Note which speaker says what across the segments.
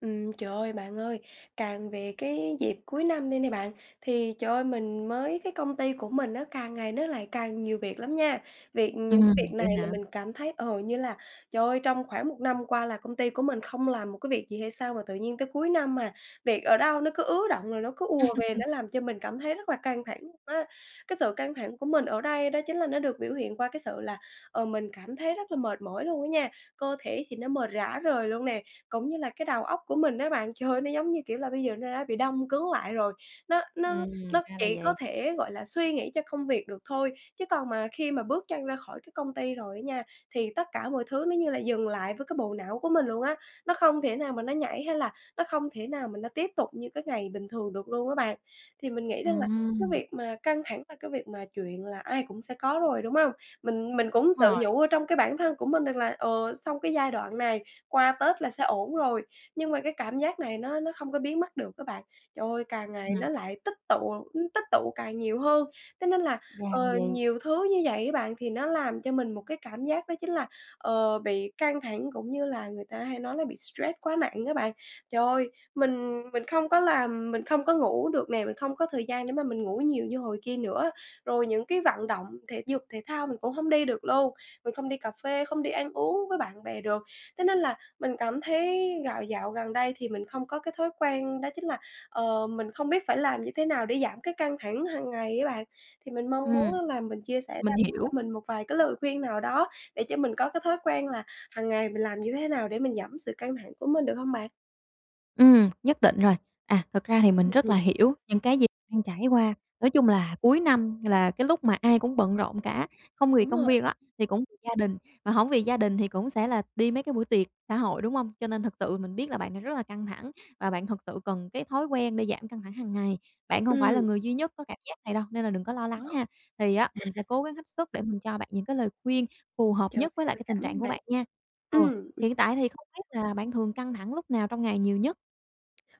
Speaker 1: Trời ơi, bạn ơi, càng về cái dịp cuối năm đây nè bạn, thì trời ơi, mình mới cái công ty của mình nó càng ngày nó lại càng nhiều việc lắm nha. Những cái việc này
Speaker 2: Vậy
Speaker 1: là
Speaker 2: hả?
Speaker 1: mình cảm thấy, như là, trời ơi, trong khoảng 1 năm qua là công ty của mình không làm một cái việc gì hay sao mà tự nhiên tới cuối năm mà việc ở đâu nó cứ ứ động rồi nó cứ ùa về, nó làm cho mình cảm thấy rất là căng thẳng á. Cái sự căng thẳng của mình ở đây đó chính là nó được biểu hiện qua cái sự là, mình cảm thấy rất là mệt mỏi luôn á nha, cơ thể thì nó mệt rã rời luôn nè, cũng như là cái đầu óc của mình á bạn, trời ơi, nó giống như, kiểu là, bây giờ nó đã bị đông cứng lại rồi, nó nó
Speaker 2: Ừm,
Speaker 1: nó
Speaker 2: ra là
Speaker 1: chỉ có
Speaker 2: vậy.
Speaker 1: thể, gọi là, suy nghĩ cho công việc được thôi. Chứ còn mà khi mà bước chân ra khỏi cái công ty rồi á nha, thì tất cả mọi thứ nó như là dừng lại với cái bộ não của mình luôn á, nó không thể nào mà nó nhảy hay là nó không thể nào mà nó tiếp tục như cái ngày bình thường được luôn á bạn. Thì mình nghĩ rằng là cái
Speaker 2: Ừm,
Speaker 1: việc mà căng thẳng là cái việc mà chuyện là ai cũng sẽ có rồi, đúng không? Mình cũng
Speaker 2: đúng
Speaker 1: tự
Speaker 2: rồi,
Speaker 1: nhủ ở trong cái bản thân của mình rằng là, xong cái giai đoạn này qua Tết là sẽ ổn rồi. Nhưng mà cái cảm giác này nó không có biến mất được các bạn. Trời ơi, càng ngày nó
Speaker 2: ừm.
Speaker 1: lại tích tụ càng nhiều hơn. Thế nên là,
Speaker 2: Ra là vậy.
Speaker 1: nhiều thứ như vậy các bạn, thì nó làm cho mình một cái cảm giác đó chính là, bị căng thẳng cũng như là người ta hay nói là bị stress quá nặng các bạn. Trời ơi, mình không có làm mình không có ngủ được nè, mình không có thời gian để mà mình ngủ nhiều như hồi kia nữa. Rồi những cái vận động thể dục thể thao mình cũng không đi được luôn, mình không đi cà phê, không đi ăn uống với bạn bè được. Thế nên là mình cảm thấy dạo gần đây thì mình không có cái thói quen đó chính là, mình không biết phải làm như thế nào để giảm cái căng thẳng hàng ngày á bạn. Thì mình mong muốn
Speaker 2: Ừm,
Speaker 1: á là mình chia sẻ ra
Speaker 2: mình
Speaker 1: bạn cho
Speaker 2: hiểu.
Speaker 1: mình một vài cái lời khuyên nào đó để cho mình có cái thói quen là hàng ngày mình làm như thế nào để mình giảm sự căng thẳng của mình, được không bạn?
Speaker 2: Nhất định rồi. Thật ra thì mình rất
Speaker 1: Ừ,
Speaker 2: là hiểu những cái gì đang trải qua. Nói chung là cuối năm là cái lúc mà ai cũng bận rộn cả, không vì
Speaker 1: đúng
Speaker 2: công
Speaker 1: rồi.
Speaker 2: việc á, thì cũng vì gia đình, mà hổng vì gia đình thì cũng sẽ là đi mấy cái buổi tiệc xã hội, đúng hông? Cho nên thật sự mình biết là bạn đang rất là căng thẳng và bạn thật sự cần cái thói quen để giảm căng thẳng hàng ngày. Bạn không phải
Speaker 1: Ừm,
Speaker 2: là người duy nhất có cảm giác này đâu, nên là đừng có lo lắng ha. Thì á, mình sẽ cố gắng hết sức để mình cho bạn những cái lời khuyên phù hợp
Speaker 1: Trời
Speaker 2: nhất với lại
Speaker 1: ơi,
Speaker 2: cái tình
Speaker 1: cảm
Speaker 2: trạng
Speaker 1: ơn
Speaker 2: của
Speaker 1: bạn.
Speaker 2: bạn nha. Ừ,
Speaker 1: Ừm.
Speaker 2: hiện tại thì không biết là bạn thường căng thẳng lúc nào trong ngày nhiều nhất?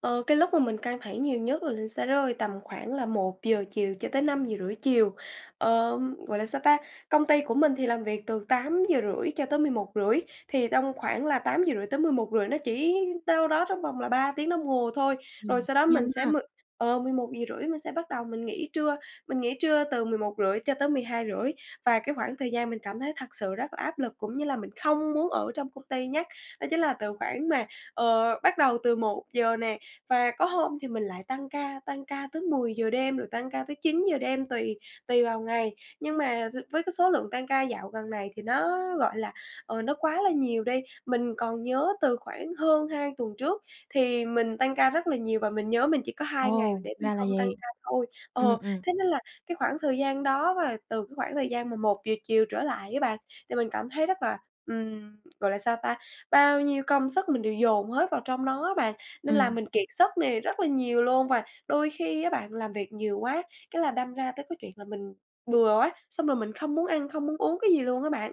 Speaker 1: Ờ, cái lúc mà mình căng thẳng nhiều nhất là nó sẽ rơi tầm khoảng là 1 giờ chiều cho tới 5 giờ rưỡi chiều. Ờ, gọi là, sao ta, công ty của mình thì làm việc từ 8 giờ rưỡi cho tới 11 rưỡi thì trong khoảng là 8 giờ rưỡi tới mười một rưỡi nó chỉ đâu đó trong vòng là 3 tiếng đồng hồ thôi. Rồi sau đó mình
Speaker 2: Nhanh
Speaker 1: sẽ
Speaker 2: ha.
Speaker 1: m ờ, 11 giờ rưỡi mình sẽ bắt đầu mình nghỉ trưa từ 11 rưỡi cho tới 12 rưỡi và cái khoảng thời gian mình cảm thấy thật sự rất là áp lực, cũng như là mình không muốn ở trong công ty nhé đó chính là từ khoảng mà, bắt đầu từ 1 giờ nè và có hôm thì mình lại tăng ca tới 10 giờ đêm, rồi tăng ca tới 9 giờ đêm tùy tùy vào ngày. Nhưng mà với cái số lượng tăng ca dạo gần này thì nó, gọi là, nó quá là nhiều đi. Mình còn nhớ từ khoảng hơn 2 tuần trước thì mình tăng ca rất là nhiều và mình nhớ mình chỉ có 2 ngày
Speaker 2: Ồ,
Speaker 1: để mình
Speaker 2: ra là
Speaker 1: không tăng
Speaker 2: vậy.
Speaker 1: ca thôi. Ờ,
Speaker 2: Ừm, ừm,
Speaker 1: thế nên là cái khoảng thời gian đó và từ cái khoảng thời gian mà 1 giờ chiều trở lại các bạn, thì mình cảm thấy rất là, gọi là sao ta, bao nhiêu công sức mình đều dồn hết vào trong nó á bạn. Nên là
Speaker 2: ừm.
Speaker 1: mình kiệt sức này rất là nhiều luôn và đôi khi á bạn làm việc nhiều quá, cái là đâm ra tới cái chuyện là mình bừa quá, xong rồi mình không muốn ăn, không muốn uống cái gì luôn á bạn.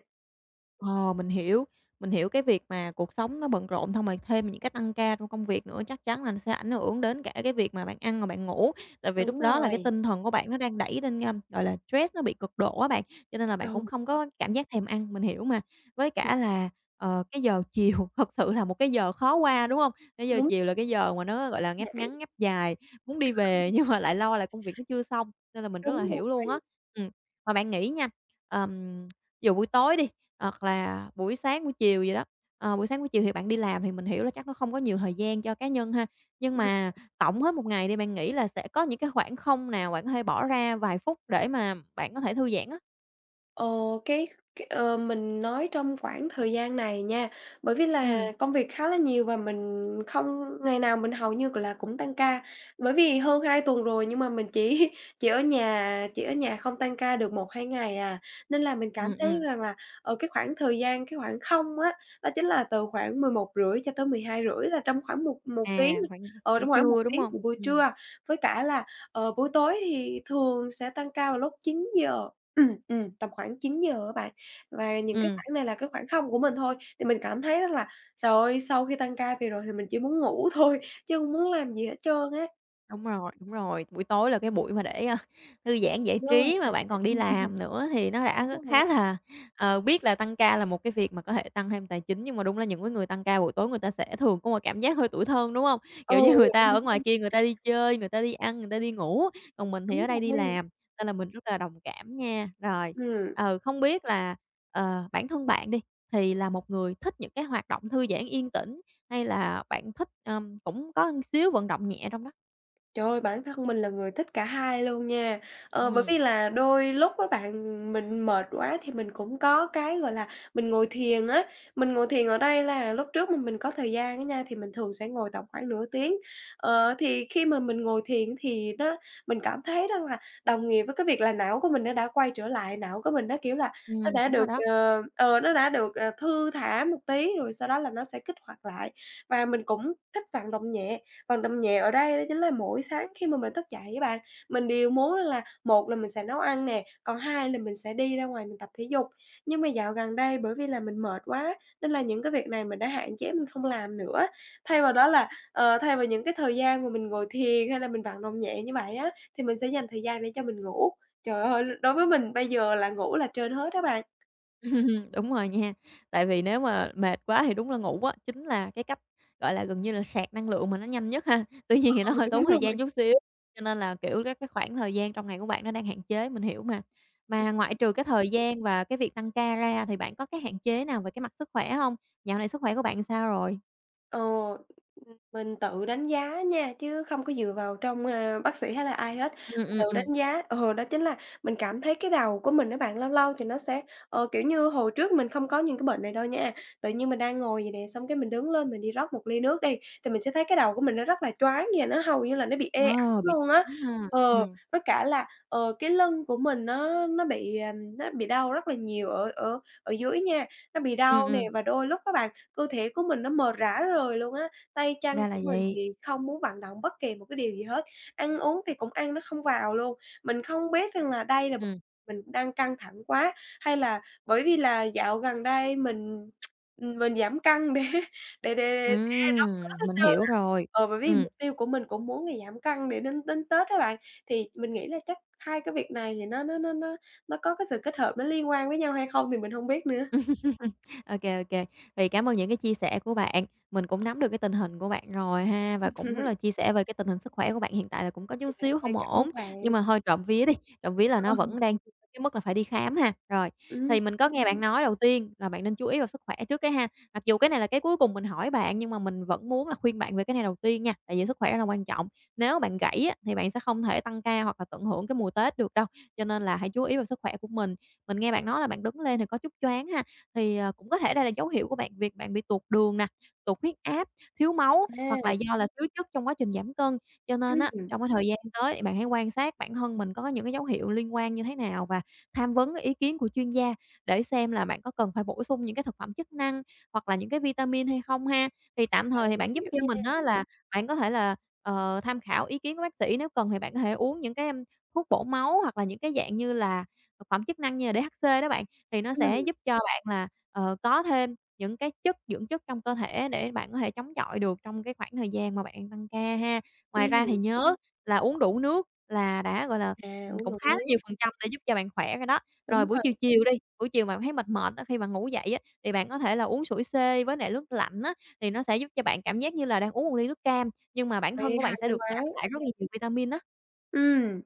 Speaker 2: Ờ, mình hiểu, mình hiểu cái việc mà cuộc sống nó bận rộn xong rồi thêm những cái tăng ca trong công việc nữa, chắc chắn là nó sẽ ảnh hưởng đến cả cái việc mà bạn ăn và bạn ngủ. Tại vì
Speaker 1: Đúng
Speaker 2: lúc đó là cái
Speaker 1: rồi.
Speaker 2: tinh thần của bạn nó đang đẩy lên, gọi là, stress nó bị cực độ á bạn, cho nên là bạn
Speaker 1: Ừ,
Speaker 2: cũng không có cảm giác thèm ăn, mình hiểu mà. Với cả là, cái giờ chiều thật sự là một cái giờ khó qua, đúng không? Cái giờ
Speaker 1: đúng
Speaker 2: chiều là cái giờ mà nó, gọi là, ngáp
Speaker 1: vậy,
Speaker 2: ngắn, ngáp dài, muốn đi về nhưng mà lại lo là công việc nó chưa xong, nên là mình rất là
Speaker 1: đúng
Speaker 2: hiểu luôn á.
Speaker 1: rồi.
Speaker 2: Ừm, mà bạn nghĩ nha, ờm dù buổi tối đi, hoặc là buổi sáng, buổi chiều gì đó, buổi sáng, buổi chiều thì bạn đi làm thì mình hiểu là chắc nó không có nhiều thời gian cho cá nhân ha. Nhưng mà tổng hết một ngày đi, bạn nghĩ là sẽ có những cái khoảng không nào bạn có thể bỏ ra vài phút để mà bạn có thể thư giãn á?
Speaker 1: Ờ, cái mình nói trong khoảng thời gian này nha, bởi vì là
Speaker 2: Ừm,
Speaker 1: công việc khá là nhiều và mình không ngày nào mình hầu như là cũng tăng ca. Bởi vì hơn 2 tuần rồi nhưng mà mình chỉ chỉ ở nhà không tăng ca được một hai ngày à, nên là mình cảm
Speaker 2: ừm,
Speaker 1: thấy
Speaker 2: ừm.
Speaker 1: rằng là, ở cái khoảng thời gian, cái khoảng không á, đó chính là từ khoảng 11 rưỡi cho tới mười hai rưỡi là trong khoảng một một tiếng
Speaker 2: Khoảng
Speaker 1: ở
Speaker 2: buổi
Speaker 1: trong khoảng một
Speaker 2: trưa, đúng
Speaker 1: tiếng
Speaker 2: không?
Speaker 1: của buổi
Speaker 2: Ừm.
Speaker 1: trưa. Với cả là, buổi tối thì thường sẽ tăng ca vào lúc 9 giờ. Tầm khoảng 9 giờ á bạn. Và những cái
Speaker 2: Ừm.
Speaker 1: khoảng này là cái khoảng không của mình thôi, thì mình cảm thấy rất là, trời ơi, sau khi tăng ca về rồi thì mình chỉ muốn ngủ thôi, chứ hông muốn làm gì hết trơn á.
Speaker 2: Đúng rồi, đúng rồi. Buổi tối là cái buổi mà để, thư giãn giải
Speaker 1: Đúng rồi,
Speaker 2: trí mà
Speaker 1: mà
Speaker 2: bạn
Speaker 1: đã
Speaker 2: còn đi làm nữa thì nó đã
Speaker 1: đúng rồi.
Speaker 2: khá là biết là tăng ca là một cái việc mà có thể tăng thêm tài chính, nhưng mà đúng là những cái người tăng ca buổi tối người ta sẽ thường có một cảm giác hơi tủi thân, đúng hông? Kiểu
Speaker 1: Ừ,
Speaker 2: như, người ta ở ngoài kia người ta đi chơi, người ta đi ăn, người ta đi ngủ, còn mình thì
Speaker 1: đúng
Speaker 2: ở đây đi
Speaker 1: rồi.
Speaker 2: làm, nên là mình rất là đồng cảm nha. Rồi,
Speaker 1: Ừm.
Speaker 2: không biết là, bản thân bạn đi, thì là một người thích những cái hoạt động thư giãn yên tĩnh hay là bạn thích, cũng có xíu vận động nhẹ trong đó?
Speaker 1: Trời ơi, bản thân mình là người thích cả hai luôn nha. Bởi vì
Speaker 2: Ừm,
Speaker 1: là đôi lúc á bạn, mình mệt quá thì mình cũng có cái, gọi là, mình ngồi thiền á. Mình ngồi thiền ở đây là lúc trước mà mình có thời gian á nha, thì mình thường sẽ ngồi tầm khoảng nửa tiếng. Ờ, thì khi mà mình ngồi thiền thì mình cảm thấy đó là đồng nghĩa với cái việc là não của mình nó đã quay trở lại, não của mình nó, kiểu là, nó đã
Speaker 2: đúng
Speaker 1: được,
Speaker 2: rồi đó.
Speaker 1: ờ, ờ, nó đã được, ờ, thư thả một tí rồi sau đó là nó sẽ kích hoạt lại. Và mình cũng thích vận động nhẹ. Còn đậm nhẹ ở đây đó chính là mỗi sáng khi mà mình thức dậy các bạn, mình đều muốn là một là mình sẽ nấu ăn nè, còn hai là mình sẽ đi ra ngoài mình tập thể dục. Nhưng mà dạo gần đây bởi vì là mình mệt quá, nên là những cái việc này mình đã hạn chế mình không làm nữa. Thay vào đó là, thay vào những cái thời gian mà mình ngồi thiền hay là mình vận động nhẹ như vậy á, thì mình sẽ dành thời gian để cho mình ngủ. Trời ơi, đối với mình bây giờ là ngủ là trên hết á bạn.
Speaker 2: Đúng rồi nha. Tại vì nếu mà mệt quá thì đúng là ngủ á, chính là cái cách, gọi là, gần như là sạc năng lượng mà nó nhanh nhất ha. Tuy nhiên thì nó hơi tốn thời
Speaker 1: Đúng rồi.
Speaker 2: gian chút xíu, cho nên là, kiểu, cái khoảng thời gian trong ngày của bạn nó đang hạn chế, mình hiểu mà. Mà ngoại trừ cái thời gian và cái việc tăng ca ra thì bạn có cái hạn chế nào về cái mặt sức khỏe hông? Dạo này sức khỏe của bạn sao rồi?
Speaker 1: Ờ, mình tự đánh giá nha, chứ không có dựa vào trong, bác sĩ hay là ai hết.
Speaker 2: Ừm,
Speaker 1: Mình
Speaker 2: ừm,
Speaker 1: tự
Speaker 2: ừm.
Speaker 1: đánh giá đó chính là mình cảm thấy cái đầu của mình á bạn, lâu lâu thì nó sẽ, kiểu như, hồi trước mình không có những cái bệnh này đâu nha. Tự nhiên mình đang ngồi vậy nè, xong cái mình đứng lên mình đi rót một ly nước đi, thì mình sẽ thấy cái đầu của mình nó rất là choáng vậy, nó hầu như là nó bị ê ẩm
Speaker 2: Ờ, bị
Speaker 1: luôn á.
Speaker 2: cứng ha.
Speaker 1: Ờ, với cả là, cái lưng của mình nó bị đau rất là nhiều ở ở ở dưới nha, nó bị
Speaker 2: Ừm,
Speaker 1: đau nè
Speaker 2: ừm,
Speaker 1: và đôi lúc các bạn cơ thể của mình nó mệt rã rời luôn á, tay chân
Speaker 2: ra
Speaker 1: của
Speaker 2: là
Speaker 1: mình
Speaker 2: vậy.
Speaker 1: thì không muốn vận động bất kỳ một cái điều gì hết, ăn uống thì cũng ăn nó không vào luôn. Mình không biết rằng là đây là
Speaker 2: Ừm,
Speaker 1: mình đang căng thẳng quá, hay là bởi vì là dạo gần đây mình giảm cân để để để để đón Tết hết
Speaker 2: mình
Speaker 1: trơn
Speaker 2: hiểu
Speaker 1: á.
Speaker 2: rồi.
Speaker 1: Ờ, bởi vì
Speaker 2: Ừm.
Speaker 1: mục tiêu của mình cũng muốn là giảm cân để đến đến Tết các bạn, thì mình nghĩ là chắc hai cái việc này thì nó có cái sự kết hợp nó liên quan với nhau hay không thì mình không biết nữa.
Speaker 2: OK, OK. Thì cảm ơn những cái chia sẻ của bạn, mình cũng nắm được cái tình hình của bạn rồi ha, và cũng là chia sẻ về cái tình hình sức khỏe của bạn hiện tại là cũng có chút
Speaker 1: Trời
Speaker 2: xíu
Speaker 1: ơi,
Speaker 2: không
Speaker 1: cảm ơn
Speaker 2: ổn,
Speaker 1: bạn.
Speaker 2: nhưng mà thôi trộm vía đi, trộm vía là nó vẫn đang chưa tới cái mức là phải đi khám ha. Rồi,
Speaker 1: Ừm,
Speaker 2: thì mình có nghe bạn nói đầu tiên là bạn nên chú ý vào sức khỏe trước cái ha, mặc dù cái này là cái cuối cùng mình hỏi bạn, nhưng mà mình vẫn muốn là khuyên bạn về cái này đầu tiên nha, tại vì sức khỏe là quan trọng. Nếu bạn gãy á, thì bạn sẽ không thể tăng ca hoặc là tận hưởng cái mùa Tết được đâu, cho nên là hãy chú ý vào sức khỏe của mình. Mình nghe bạn nói là bạn đứng lên thì có chút choáng ha, thì, cũng có thể đây là dấu hiệu của bạn việc bạn bị tuột đường nè, tụt huyết áp, thiếu máu hoặc là
Speaker 1: à,
Speaker 2: do là thiếu chất trong quá trình giảm cân. Cho nên á,
Speaker 1: ừm,
Speaker 2: trong cái thời gian tới thì bạn hãy quan sát bản thân mình có những cái dấu hiệu liên quan như thế nào và tham vấn cái ý kiến của chuyên gia để xem là bạn có cần phải bổ sung những cái thực phẩm chức năng hoặc là những cái vitamin hay không ha. Thì tạm thời thì bạn
Speaker 1: mình
Speaker 2: giúp
Speaker 1: hiểu
Speaker 2: cho
Speaker 1: nha.
Speaker 2: mình đó là bạn có thể là, tham khảo ý kiến của bác sĩ, nếu cần thì bạn có thể uống những cái, thuốc bổ máu hoặc là những cái dạng như là thực phẩm chức năng như là DHC đó bạn, thì nó
Speaker 1: ừm,
Speaker 2: sẽ giúp cho bạn là có thêm những cái chất, dưỡng chất trong cơ thể để bạn có thể chống chọi được trong cái khoảng thời gian mà bạn đang tăng ca ha. Ngoài
Speaker 1: ừm,
Speaker 2: ra thì nhớ là uống đủ nước là đã, gọi là,
Speaker 1: Uống
Speaker 2: cũng
Speaker 1: ngụm
Speaker 2: khá là
Speaker 1: nước,
Speaker 2: nhiều phần trăm để giúp cho bạn khỏe rồi đó.
Speaker 1: đúng
Speaker 2: Rồi buổi
Speaker 1: rồi,
Speaker 2: chiều chiều đi, buổi chiều bạn thấy mệt mệt á, khi bạn ngủ dậy á, thì bạn có thể là uống sủi xê với lại nước lạnh á, thì nó sẽ giúp cho bạn cảm giác như là đang uống một ly nước cam, nhưng mà bản thân
Speaker 1: ê,
Speaker 2: của bạn sẽ
Speaker 1: hay
Speaker 2: được
Speaker 1: quá,
Speaker 2: nạp lại rất là nhiều vitamin á.
Speaker 1: ừm.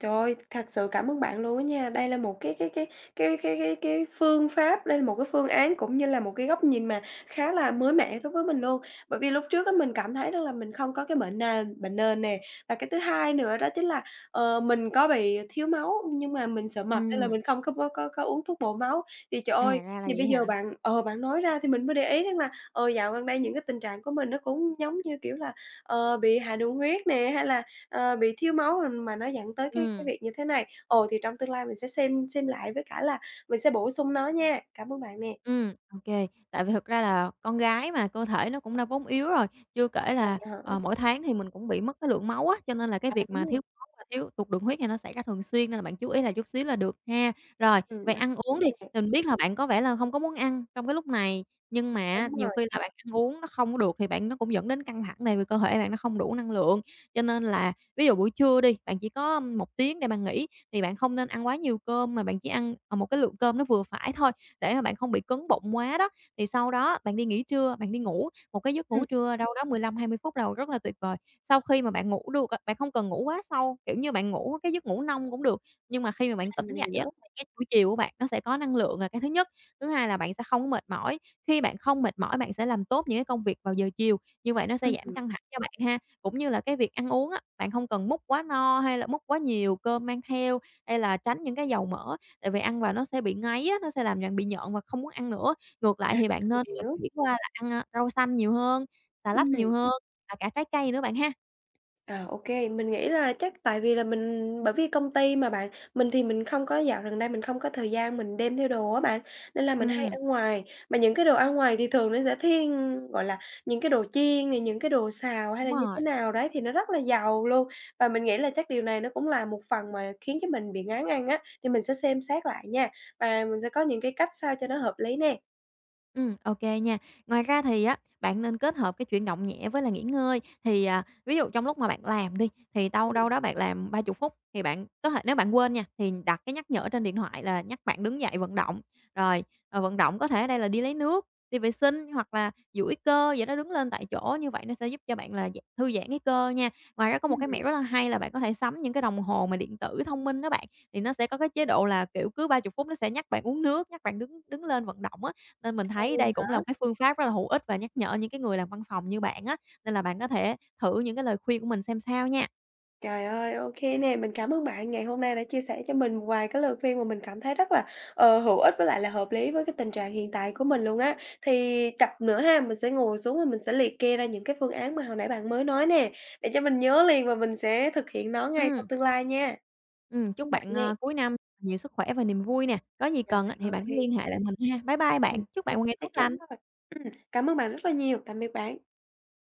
Speaker 1: Trời ơi, thật sự cảm ơn bạn luôn á nha. Đây là một cái phương pháp, đây là một cái phương án cũng như là một cái góc nhìn mà khá là mới mẻ đối với mình luôn. Bởi vì lúc trước á mình cảm thấy rằng là mình không có cái bệnh nền nè, và cái thứ hai nữa đó chính là, mình có bị thiếu máu, nhưng mà mình sợ mập nên là
Speaker 2: Ừm,
Speaker 1: mình không có uống thuốc bổ máu. Thì trời ơi,
Speaker 2: ra là
Speaker 1: thì bây
Speaker 2: vậy
Speaker 1: giờ
Speaker 2: hả?
Speaker 1: bạn bạn nói ra thì mình mới để ý rằng là, dạo gần đây những cái tình trạng của mình nó cũng giống như, kiểu là, bị hạ đường huyết nè, hay là. Ờ, bị thiếu máu mà nó dẫn tới cái
Speaker 2: ừ
Speaker 1: việc như thế này. Ồ, thì trong tương lai mình sẽ xem lại với cả là mình sẽ bổ sung nó nha. Cảm ơn bạn nè.
Speaker 2: OK. Tại vì thực ra là con gái mà, cơ thể nó cũng đã vốn yếu rồi, chưa kể
Speaker 1: Còn
Speaker 2: là,
Speaker 1: hả?
Speaker 2: mỗi tháng thì mình cũng bị mất cái lượng máu á, cho nên là cái
Speaker 1: À,
Speaker 2: việc
Speaker 1: đúng
Speaker 2: mà
Speaker 1: rồi.
Speaker 2: thiếu máu và thiếu tụt đường huyết này nó xảy ra thường xuyên, nên là bạn chú ý lại chút xíu là được ha. Rồi,
Speaker 1: Ừm,
Speaker 2: về ăn uống đi, thì mình biết là bạn có vẻ là hông có muốn ăn trong cái lúc này, nhưng mà á,
Speaker 1: đúng
Speaker 2: nhiều khi
Speaker 1: rồi.
Speaker 2: là bạn ăn uống nó không có được thì bạn nó cũng dẫn đến căng thẳng tại vì cơ thể bạn nó không đủ năng lượng. Cho nên là ví dụ buổi trưa đi, bạn chỉ có 1 tiếng để bạn nghỉ, thì bạn không nên ăn quá nhiều cơm mà bạn chỉ ăn, một cái lượng cơm nó vừa phải thôi để mà bạn không bị cứng bụng quá đó. Thì sau đó bạn đi nghỉ trưa, bạn đi ngủ, một cái giấc
Speaker 1: Ừm.
Speaker 2: ngủ trưa đâu đó 15-20 phút đầu rất là tuyệt vời. Sau khi mà bạn ngủ được á, bạn không cần ngủ quá sâu, kiểu như, bạn ngủ cái giấc ngủ nông cũng được, nhưng mà khi mà bạn tỉnh
Speaker 1: Mình
Speaker 2: dậy
Speaker 1: hiểu.
Speaker 2: á,
Speaker 1: Nữa.
Speaker 2: thì cái buổi chiều của bạn nó sẽ có năng lượng là cái thứ nhất. Thứ hai là bạn sẽ không có mệt mỏi, khi bạn không mệt mỏi bạn sẽ làm tốt những cái công việc vào giờ chiều, như vậy nó sẽ giảm căng thẳng cho bạn ha. Cũng như là cái việc ăn uống á, bạn không cần múc quá no hay là múc quá nhiều cơm mang theo, hay là tránh những cái dầu mỡ. Tại vì ăn vào nó sẽ bị ngấy á, nó sẽ làm cho bạn bị nhợn và không muốn ăn nữa. Ngược lại thì bạn nên
Speaker 1: Mình
Speaker 2: là
Speaker 1: hiểu.
Speaker 2: chuyển qua là ăn, rau xanh nhiều hơn, xà
Speaker 1: Ừm.
Speaker 2: lách nhiều hơn và cả trái cây nữa bạn ha.
Speaker 1: À, ok, mình nghĩ là chắc tại vì là mình bởi vì công ty mà bạn, mình thì mình không có dạo gần đây mình không có thời gian mình đem theo đồ á bạn, nên là mình hay
Speaker 2: Ừm,
Speaker 1: ăn ngoài. Mà những cái đồ ăn ngoài thì thường nó sẽ thiên, gọi là, những cái đồ chiên này, những cái đồ xào hay
Speaker 2: đúng
Speaker 1: là như thế
Speaker 2: rồi.
Speaker 1: nào đấy thì nó rất là giàu luôn. Và mình nghĩ là chắc điều này nó cũng là một phần mà khiến cho mình bị ngán ăn á, thì mình sẽ xem xét lại nha, và mình sẽ có những cái cách sao cho nó hợp lý nè.
Speaker 2: OK nha. Ngoài ra thì á, bạn nên kết hợp cái chuyển động nhẹ với là nghỉ ngơi. Thì, ví dụ trong lúc mà bạn làm đi, thì đâu
Speaker 1: Ừm.
Speaker 2: đâu đó bạn làm 30 phút, thì bạn có thể nếu bạn quên nha, thì đặt cái nhắc nhở trên điện thoại là nhắc bạn đứng dậy vận động. Rồi, vận động có thể ở đây là đi lấy nước, đi vệ sinh hoặc là duỗi cơ vậy đó, đứng lên tại chỗ, như vậy nó sẽ giúp cho bạn là thư giãn cái cơ nha. Ngoài ra có một
Speaker 1: Ừm.
Speaker 2: cái mẹo rất là hay là bạn có thể sắm những cái đồng hồ mà điện tử thông minh đó bạn, thì nó sẽ có cái chế độ là, kiểu, cứ 30 phút nó sẽ nhắc bạn uống nước, nhắc bạn đứng đứng lên vận động á, nên mình thấy đây cũng là một cái phương pháp rất là hữu ích và nhắc nhở những cái người làm văn phòng như bạn á, nên là bạn có thể thử những cái lời khuyên của mình xem sao nha.
Speaker 1: Trời ơi, ok nè, mình cảm ơn bạn ngày hôm nay đã chia sẻ cho mình một vài cái lời khuyên mà mình cảm thấy rất là, hữu ích với lại là hợp lý với cái tình trạng hiện tại của mình luôn á. Thì chặp nữa ha, mình sẽ ngồi xuống và mình sẽ liệt kê ra những cái phương án mà hồi nãy bạn mới nói nè, để cho mình nhớ liền và mình sẽ thực hiện nó ngay trong
Speaker 2: Ừm,
Speaker 1: tương lai nha. Cảm ơn
Speaker 2: chúc
Speaker 1: bạn
Speaker 2: bạn,
Speaker 1: nè.
Speaker 2: cuối năm nhiều sức khỏe và niềm vui nè. Có gì
Speaker 1: Trời
Speaker 2: cần á thì bạn cứ
Speaker 1: ơi,
Speaker 2: liên hệ lại mình ha. Bye bye bạn, chúc
Speaker 1: ô
Speaker 2: bạn một ngày tốt
Speaker 1: chắc chắn
Speaker 2: lành.
Speaker 1: rồi. Ừm, Cảm ơn bạn rất là nhiều. Tạm biệt bạn.